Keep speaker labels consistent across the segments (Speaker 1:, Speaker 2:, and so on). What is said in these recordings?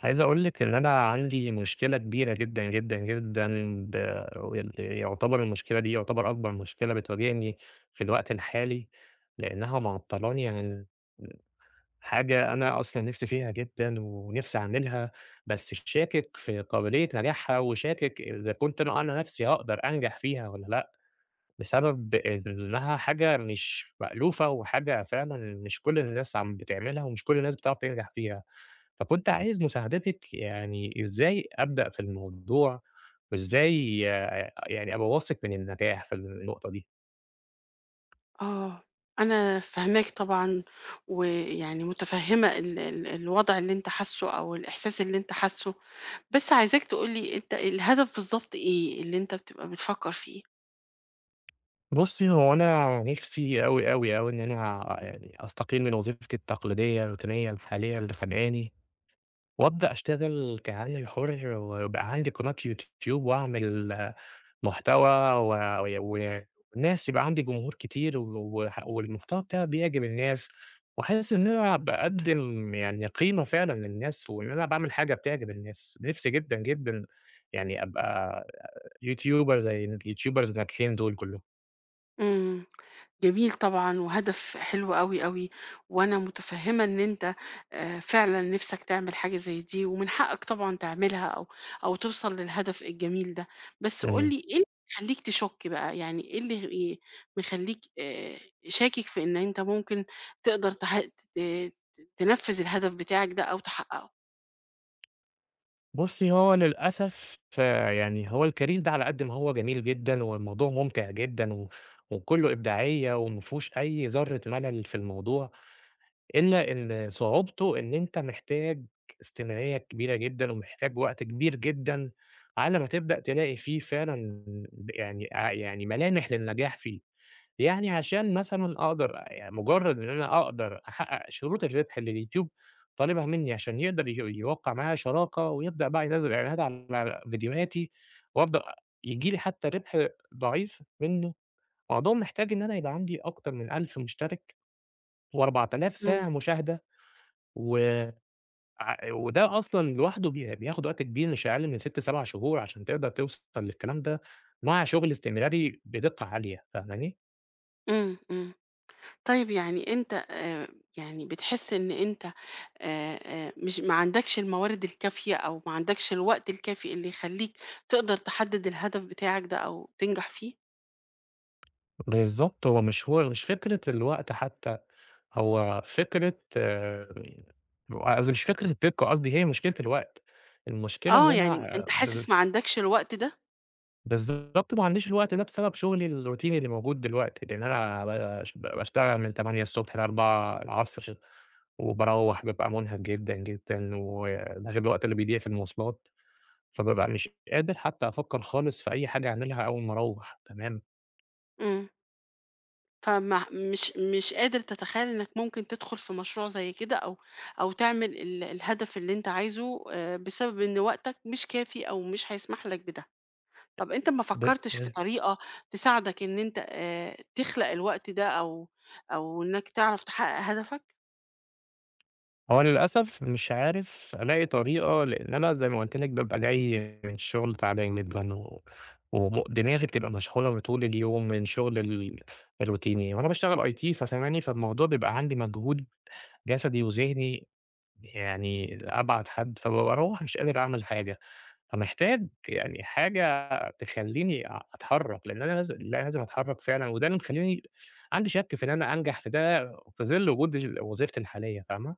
Speaker 1: عايز أقول لِك إن أنا عندي مشكلة كبيرة جدًا، جدًا، جدًا. ب ال يعتبر المشكلة دي يعتبر أكبر مشكلة بتواجهني في الوقت الحالي، لإنها معطّلاني عن حاجة أنا أصلًا نِفْسي فيها جدًا ونِفْسي أعملها، بس شاكك في قابلية نجاحها وشاكك إذا كنت أنا نَفْسي هاقدر أنجح فيها والّا لأ، بسبب إنها حاجة مش مألوفة وحاجة فعلًا مش كل الناس عم بتعملها ومش كل الناس بتعرف تنجح فيها. فكنت عايز مساعدتِك، يعني إزاي أبدأ في الموضوع، وإزاي يعني أبقى واثق من النجاح في النقطة دي؟
Speaker 2: آه، أنا فاهماك طبعًا، ويعني متفهمة ال الوضع اللي أنت حاسه أو الإحساس اللي أنت حاسه، بس عايزاك تقول لي أنت الهدف بالضبط إيه اللي أنت بتبقى بتفكر فيه؟
Speaker 1: بُصّي، هو أنا نِفسي أوي، أوي، أوي إن أنا يعني أستقيل من وظيفتي التقليدية الروتينية الحالية اللي خانقاني، وأبدأ أشتغل كعامل حُر ويبقى عندي قناة يوتيوب وأعمل محتوى، و و والناس يبقى عندي جمهور كتير، وح والمحتوى بتاعي بيعجب الناس، وحاسس إن أنا باقدّم يعني قيمة فعلًا للناس، وإن أنا باعمل حاجة بتعجب الناس. نفسي جدًا، جدًا يعني أبقى يوتيوبر زي اليوتيوبرز الناجحين دول كلّهم.
Speaker 2: إمم. جميل طبعًا وهدف حلو أوي، أوي، وأنا متفهّمة إن أنت فعلًا نِفْسك تعمل حاجة زي دي ومن حقّك طبعًا تعملها أو أو توصل للهدف الجميل ده. بس قُل
Speaker 1: إمم.
Speaker 2: لي إيه اللي يخلّيك تشُك بقى، يعني إيه اللي مخلّيك شاكك في إن أنت ممكن تقدر تح ت ت تنفّذ الهدف بتاعك ده أو تحقّقه؟
Speaker 1: بُصّي، هو للأسف يعني هو الcareer ده على قد ما هو جميل جدًا والموضوع ممتع جدًا، و وكُلّه إبداعية وما فيهوش أي ذرة ملل في الموضوع، إلا إن صعوبته إن أنت محتاج استمرارية كبيرة جدًا، ومحتاج وقت كبير جدًا على ما تبدأ تلاقي فيه فعلًا يعني ع يعني ملامح للنجاح فيه. يعني عشان مثلًا أقدر، يعني مجرّد إن أنا أقدر أحقق شروط الربح اللي اليوتيوب طالبها منّي عشان يقدر يوقّع معايا شراكة ويبدأ بقى ينزّل إعلانات على فيديوهاتي وأبدأ ييجي لي حتّى ربح ضعيف منّه، الموضوع محتاج إن أنا يبقى عندي أكتر من 1000 مشترك و4000
Speaker 2: إمم،
Speaker 1: ساعة مشاهدة، و ع وده أصلًا لوحده بياخُد وقت كبير مش أقل من 6، 7 شهور عشان تقدر توصل للكلام ده مع شغل استمراري بدقة عالية، فاهماني؟
Speaker 2: إمم، إمم. طيب يعني أنت يعني بتحس إن أنت مش ما عندكش الموارد الكافية أو ما عندكش الوقت الكافي اللي يخلّيك تقدر تحدد الهدف بتاعك ده أو تنجح فيه؟
Speaker 1: بالضبط، هو مش فكرة الوقت حتى، هو فكرة قصدي مش فكرة الدِّقّة، قصدي هي مشكلة الوقت، المشكلة إن
Speaker 2: آه،
Speaker 1: أنا
Speaker 2: يعني أنت حاسس ما عندكش الوقت ده؟
Speaker 1: بالضبط ما عنديش الوقت ده بسبب شغلي الروتيني اللي موجود دلوقتي، لإن أنا باشتغل من 8:00 ل16:00، وباروّح بابقى مُنهك جدًا، جدًا، وده غير الوقت اللي بيضيع في المواصلات، فبابقى مش قادر حتى أفكّر خالص في أي حاجة أعملها أول ما أروّح، تمام؟
Speaker 2: إمم. فما مش مش قادر تتخيل إنك ممكن تدخل في مشروع زي كده أو أو تعمل الهدف اللي أنت عايزه بسبب إن وقتك مش كافي أو مش هيسمح لك بده. طب أنت ما
Speaker 1: ب
Speaker 2: فكّرتش في طريقة تساعدك إن أنت تخلق الوقت ده أو أو إنّك تعرف تحقق هدفك؟
Speaker 1: هو للأسف مش عارف ألاقي طريقة، لإن أنا زي ما قُلت لِك بابقى جاي من الشغل تعبان جدًا، و دماغي بتبقى مشحونة طول اليوم من شغل الروتيني، وأنا باشتغل IT، ففاهماني؟ فالموضوع بيبقى عندي مجهود جسدي وذهني يعني لأبعد حد، فباروّح مش قادر أعمل حاجة، فمحتاج يعني حاجة تخلّيني أتحرّك، لإن أنا لازم أتحرّك فعلًا، وده اللي مخلّيني عندي شَك في إن أنا أنجح في ده في ظِل وجود وظيفتي الحالية، فاهمة؟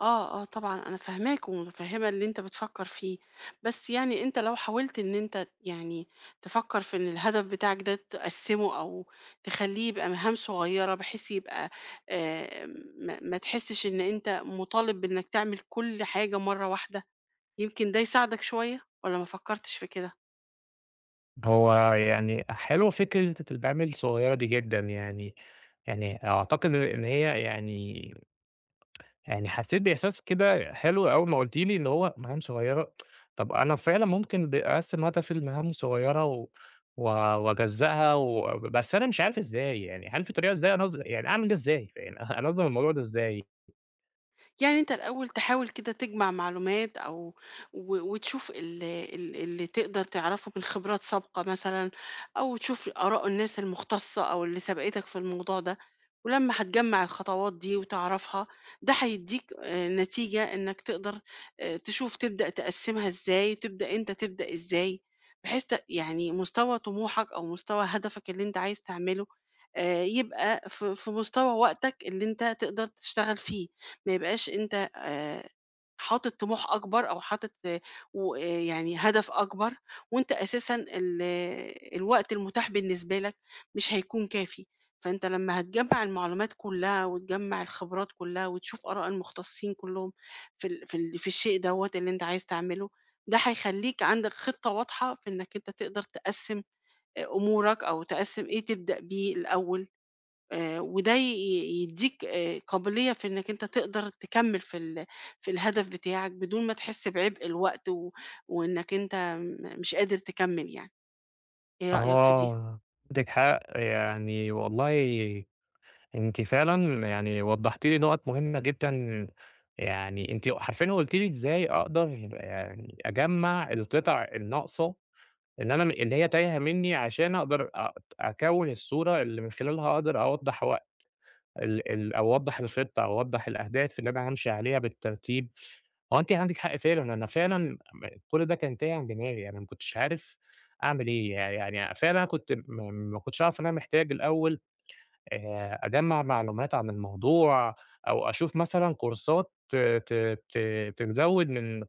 Speaker 2: آه، آه طبعًا أنا فاهماك ومتفهّمة اللي أنت بتفكّر فيه، بس يعني أنت لو حاولت إن أنت يعني تفكّر في إن الهدف بتاعك ده تقسّمه أو تخلّيه بأمهام صغيّرة بحيث يبقى آآ ما تحسّش إن أنت مُطالب بإنّك تعمل كل حاجة مرّة واحدة، يمكن ده يساعدك شوية والّا ما فكّرتش في كده؟
Speaker 1: هو يعني حلوة فكرة العمل الصغيرة دي جدًا يعني، يعني أعتقد إن هي، يعني يعني حسيت بإحساس كده حلو أول ما قُلتِ لي اللي هو مهام صغيرة، طب أنا فعلًا ممكن باقسّم هدفي لمهام صغيرة و و وأجزّأها و بس، أنا مش عارف إزاي يعني، هل في طريقة، إزاي يعني أعمل ده إزاي؟ يعني أنظّم الموضوع ده إزاي؟
Speaker 2: يعني أنت الأول تحاول كده تجمع معلومات أو وتشوف اللي تقدر تعرفه من خبرات سابقة مثلا، أو تشوف آراء الناس المختصة أو اللي سبقتك في الموضوع ده. ولما هتجمع الخطوات دي وتعرفها، ده هيديك آه، نتيجة إنك تقدر آه، تشوف تبدأ تقسمها إزاي، تبدأ أنت تبدأ إزاي بحيث يعني مستوى طموحك أو مستوى هدفك اللي أنت عايز تعمله، آه، يبقى في مستوى وقتك اللي أنت تقدر تشتغل فيه. ما يبقاش أنت حاطط طموح أكبر أو حاطط ويعني هدف أكبر وأنت أساسًا آه، الوقت المتاح بالنسبة لك مش هيكون كافي، فأنت لمّا هتجمّع المعلومات كلّها وتجمّع الخبرات كلّها وتشوف آراء المختصين كلّهم في الشيء دوّة اللي أنت عايز تعمله، ده هيخلّيك عندك خطة واضحة في إنّك أنت تقدر تقسّم أمورك أو تقسّم إيه تبدأ بيه الأول. وده ي ي يدّيك قابلية في إنّك أنت تقدر تكمّل في في الهدف بتاعك بدون ما تحس بعبء الوقت، و وإنّك أنت مش قادر تكمّل يعني، إيه رأيك في دي؟
Speaker 1: آه، عندِك حق يعني والله، أنتِ فعلًا يعني وضّحتِ لي نُقط مهمة جدًا، يعني أنتِ حرفيًا قُلتِ لي إزاي أقدر يعني أجمّع القطع الناقصة إن أنا اللي هي تايهة منّي، عشان أقدر أكوّن الصورة اللي من خلالها أقدر أوضّح هو ال ال او أوضّح الخطة، او أوضّح الأهداف اللي أنا هامشي عليها بالترتيب. هو أنتِ عندِك حق فعلًا، أنا فعلًا كل ده كان تايه عن دماغي، أنا ما كنتش عارف أعمل إيه، يعني فعلًا أنا كنت م ما كنتش أعرف إن أنا محتاج الأول أجمّع معلومات عن الموضوع، أو أشوف مثلًا كورسات تزوّد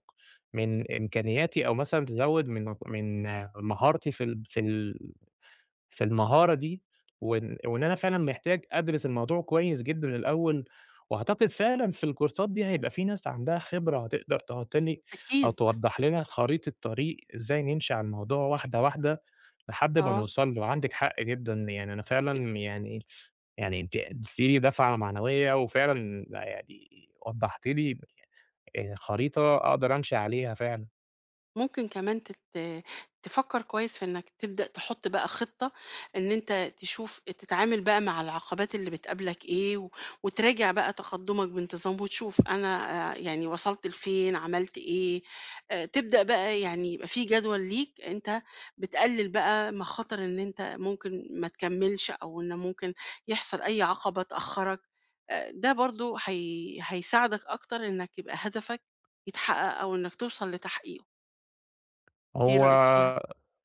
Speaker 1: من إمكانياتي، أو مثلًا تزوّد من مهارتي في المهارة دي، وإن أنا فعلًا محتاج أدرس الموضوع كويس جدًا الأول، وأعتقد فعلًا في الكورسات دي هيبقى في ناس عندها خبرة هتقدر تحط لي أو
Speaker 2: أكيد،
Speaker 1: توضح لنا خريطة طريق إزاي نمشي على الموضوع واحدة واحدة لحد ما
Speaker 2: آه.
Speaker 1: نوصل له. عندِك حق جدًا، يعني أنا فعلًا يعني، يعني أنتِ اديتيني دفعة معنوية، وفعلًا يعني وضحتِ لي خريطة أقدر أمشي عليها فعلًا.
Speaker 2: ممكن كمان تفكر كويس في انك تبدأ تحط بقى خطة ان انت تشوف تتعامل بقى مع العقبات اللي بتقابلك ايه، و... وتراجع بقى تقدمك بانتظام وتشوف انا آه، يعني وصلت لفين، عملت ايه. آه، تبدأ بقى يعني يبقى في جدول ليك انت بتقلل بقى مخاطر ان انت ممكن ما تكملش، او ان ممكن يحصل اي عقبة تأخرك. آه، ده برضو هيساعدك اكتر انك يبقى هدفك يتحقق او انك توصل لتحقيقه. إيه
Speaker 1: هو
Speaker 2: رأيك فيها؟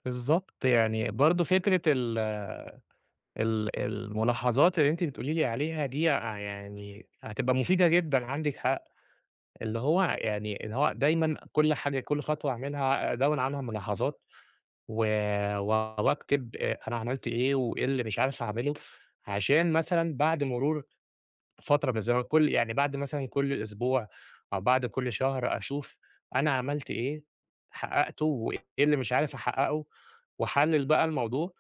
Speaker 1: بالضبط، يعني برضه فكرة ال ال الملاحظات اللي أنتِ بتقولي لي عليها دي يعني هتبقى مفيدة جدًا، عندِك حق، اللي هو يعني اللي هو دايمًا كل حاجة كل خطوة أعملها أدوِّن عنها ملاحظات، و و واكتب أنا عملت إيه، وإيه اللي مش عارف أعمله، عشان مثلًا بعد مرور فترة من الزمن، كل يعني بعد مثلًا كل أسبوع أو بعد كل شهر أشوف أنا عملت إيه، حققته وإيه اللي مش عارف أحققه، وأحلِّل بقى الموضوع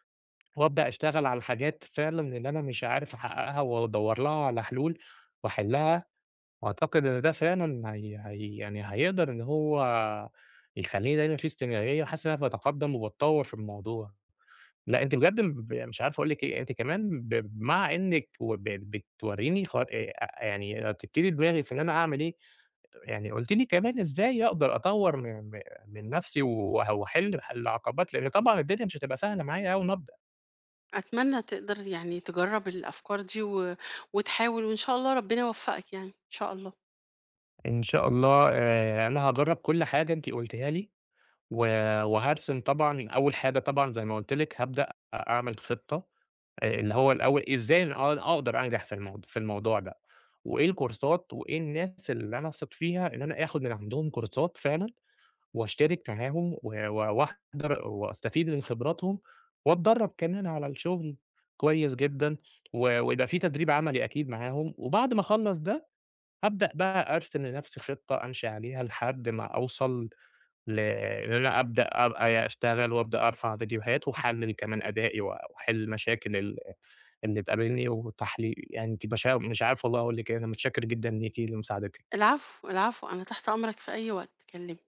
Speaker 1: وأبدأ أشتغل على الحاجات فعلًا اللي أنا مش عارف أحققها وأدوّر لها على حلول وأحلها، وأعتقد إن ده فعلًا هي هي يعني هيقدر إن هو يخلّيني دايمًا في استمرارية، وحاسس إن أنا باتقدّم وباتطوّر في الموضوع. لأ، أنتِ بجد مش عارف أقول لِك إيه، أنتِ كمان مع إنِّك بتورّيني خ يعني رتّبتِ لي دماغي في إن أنا أعمل إيه، يعني قُلتِ لي كمان إزاي أقدر أطوّر م م من نَفْسي وأحل العقبات، لإن طبعًا الدنيا مش هتبقى سهلة معايا أول ما أبدأ.
Speaker 2: أتمنى تقدر يعني تجرّب الأفكار دي و وتحاول، وإن شاء الله ربنا يوفقك يعني، إن شاء الله.
Speaker 1: إن شاء الله، أنا هاجرّب كل حاجة أنتِ قُلتيها لي، و وهارسم طبعًا أول حاجة، طبعًا زي ما قُلت لِك هابدأ أعمل خطة، اللي هو الأول إزاي أنا أقدر أنجح في الموضوع ده، وإيه الكورسات، وإيه الناس اللي أنا أثق فيها إن أنا آخُد من عندهم كورسات فعلًا وأشترك معاهم و و واحضر وأستفيد من خبراتهم، وأتدرّب كمان على الشغل كويس جدًا، ويبقى في تدريب عملي أكيد معاهم، وبعد ما أخلّص ده هابدأ بقى أرسم لنفسي خطة أمشي عليها لحد ما أوصل ل إن أنا أبدأ أبقى أشتغل، وأبدأ أرفع فيديوهات وأحلِّل كمان أدائي وأحِل المشاكل اللي بتقابلني وتحلي يعني. أنتِ، مش عارف والله أقول لِك إيه، أنا متشكر جدًا ليكِ لمساعدتِك.
Speaker 2: العفو، العفو، أنا تحت أمرك في أي وقت، كلمني.